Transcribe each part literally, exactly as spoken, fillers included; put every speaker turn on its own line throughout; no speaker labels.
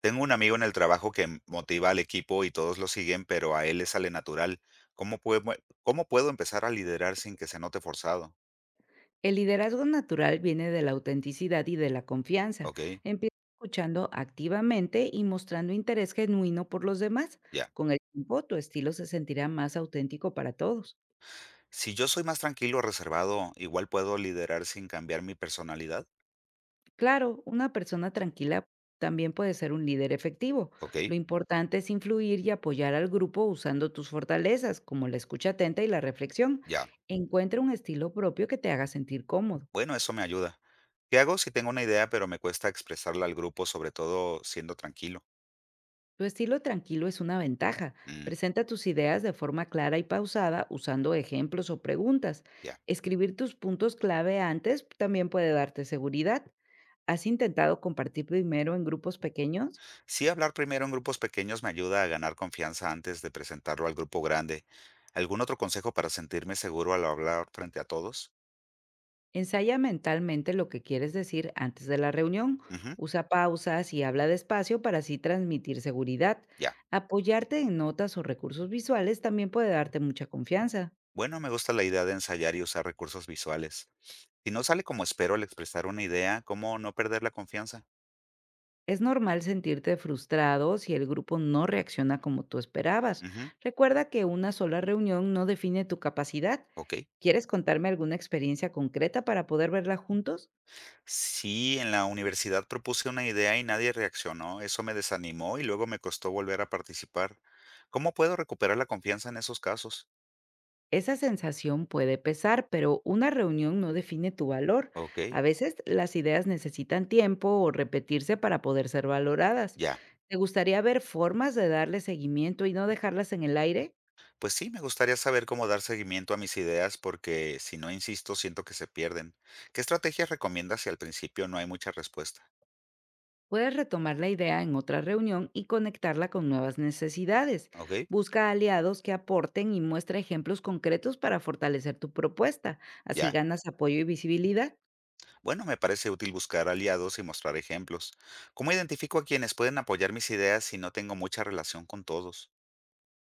Tengo un amigo en el trabajo que m- motiva al equipo y todos lo siguen, pero a él le sale natural. ¿Cómo puedo, ¿cómo puedo empezar a liderar sin que se note forzado?
El liderazgo natural viene de la autenticidad y de la confianza.
Ok,
Empieza escuchando activamente y mostrando interés genuino por los demás.
ya.
Con el tiempo, tu estilo se sentirá más auténtico para todos.
Si yo soy más tranquilo o reservado, igual puedo liderar sin cambiar mi personalidad.
Claro, una persona tranquila también puede ser un líder efectivo.
Ok,
Lo importante es influir y apoyar al grupo usando tus fortalezas, como la escucha atenta y la reflexión.
ya.
Encuentra un estilo propio que te haga sentir cómodo.
Bueno, eso me ayuda. ¿Qué hago si tengo una idea, pero me cuesta expresarla al grupo, sobre todo siendo tranquilo?
Tu estilo tranquilo es una ventaja.
Mm,
Presenta tus ideas de forma clara y pausada usando ejemplos o preguntas.
ya.
Escribir tus puntos clave antes también puede darte seguridad. ¿Has intentado compartir primero en grupos pequeños?
Sí, hablar primero en grupos pequeños me ayuda a ganar confianza antes de presentarlo al grupo grande. ¿Algún otro consejo para sentirme seguro al hablar frente a todos?
Ensaya mentalmente lo que quieres decir antes de la reunión.
Ujú,
Usa pausas y habla despacio para así transmitir seguridad.
ya.
Apoyarte en notas o recursos visuales también puede darte mucha confianza.
Bueno, me gusta la idea de ensayar y usar recursos visuales. Si no sale como espero al expresar una idea, ¿cómo no perder la confianza?
Es normal sentirte frustrado si el grupo no reacciona como tú esperabas.
Ujú,
Recuerda que una sola reunión no define tu capacidad.
ok.
¿Quieres contarme alguna experiencia concreta para poder verla juntos?
Sí, en la universidad propuse una idea y nadie reaccionó. Eso me desanimó y luego me costó volver a participar. ¿Cómo puedo recuperar la confianza en esos casos?
Esa sensación puede pesar, pero una reunión no define tu valor.
Ok,
A veces las ideas necesitan tiempo o repetirse para poder ser valoradas.
ya.
¿Te gustaría ver formas de darle seguimiento y no dejarlas en el aire?
Pues sí, me gustaría saber cómo dar seguimiento a mis ideas porque si no insisto, siento que se pierden. ¿Qué estrategias recomiendas si al principio no hay mucha respuesta?
Puedes retomar la idea en otra reunión y conectarla con nuevas necesidades.
¿Ok?
Busca aliados que aporten y muestra ejemplos concretos para fortalecer tu propuesta. Así
Ya.
ganas apoyo y visibilidad.
Bueno, me parece útil buscar aliados y mostrar ejemplos. ¿Cómo identifico a quienes pueden apoyar mis ideas si no tengo mucha relación con todos?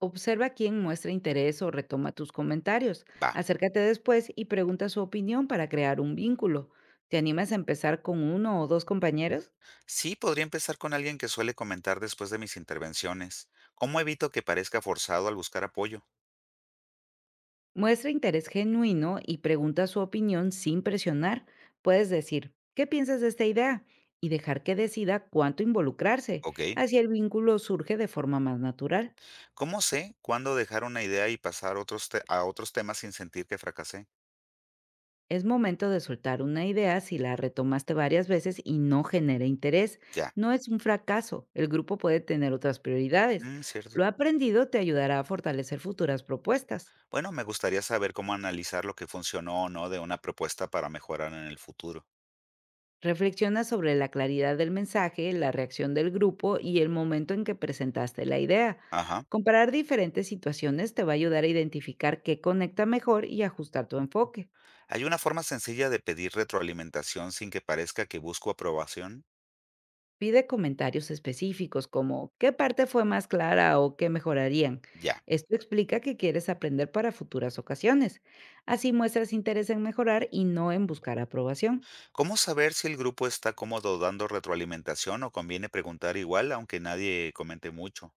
Observa quién muestra interés o retoma tus comentarios.
Va.
Acércate después y pregunta su opinión para crear un vínculo. ¿Te animas a empezar con uno o dos compañeros?
Sí, podría empezar con alguien que suele comentar después de mis intervenciones. ¿Cómo evito que parezca forzado al buscar apoyo?
Muestra interés genuino y pregunta su opinión sin presionar. Puedes decir, ¿qué piensas de esta idea? Y dejar que decida cuánto involucrarse.
¿Ok?
Así el vínculo surge de forma más natural.
¿Cómo sé cuándo dejar una idea y pasar otros te- a otros temas sin sentir que fracasé?
Es momento de soltar una idea si la retomaste varias veces y no genera interés.
Ya.
No es un fracaso, el grupo puede tener otras prioridades.
Mm, cierto.
Lo aprendido te ayudará a fortalecer futuras propuestas.
Bueno, me gustaría saber cómo analizar lo que funcionó o no de una propuesta para mejorar en el futuro.
Reflexiona sobre la claridad del mensaje, la reacción del grupo y el momento en que presentaste la idea.
Ajá.
Comparar diferentes situaciones te va a ayudar a identificar qué conecta mejor y ajustar tu enfoque.
¿Hay una forma sencilla de pedir retroalimentación sin que parezca que busco aprobación?
Pide comentarios específicos como qué parte fue más clara o qué mejorarían.
Ya.
Esto explica que quieres aprender para futuras ocasiones. Así muestras interés en mejorar y no en buscar aprobación.
¿Cómo saber si el grupo está cómodo dando retroalimentación o conviene preguntar igual aunque nadie comente mucho?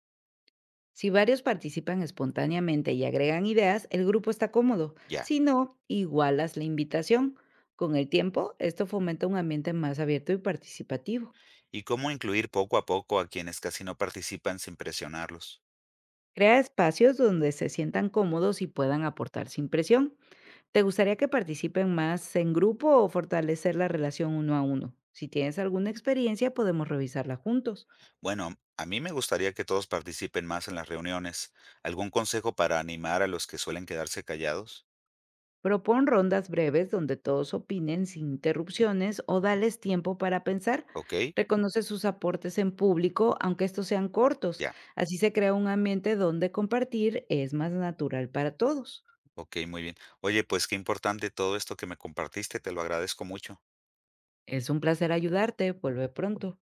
Si varios participan espontáneamente y agregan ideas, el grupo está cómodo.
Ya.
Si no, igualas la invitación. Con el tiempo, esto fomenta un ambiente más abierto y participativo.
¿Y cómo incluir poco a poco a quienes casi no participan sin presionarlos?
Crea espacios donde se sientan cómodos y puedan aportar sin presión. ¿Te gustaría que participen más en grupo o fortalecer la relación uno a uno? Si tienes alguna experiencia, podemos revisarla juntos.
Bueno, a mí me gustaría que todos participen más en las reuniones. ¿Algún consejo para animar a los que suelen quedarse callados?
Propon rondas breves donde todos opinen sin interrupciones o dales tiempo para pensar.
Okey,
Reconoce sus aportes en público, aunque estos sean cortos.
ya,
Así se crea un ambiente donde compartir es más natural para todos.
okey, muy bien. Oye, pues qué importante todo esto que me compartiste, te lo agradezco mucho.
Es un placer ayudarte. Vuelve pronto.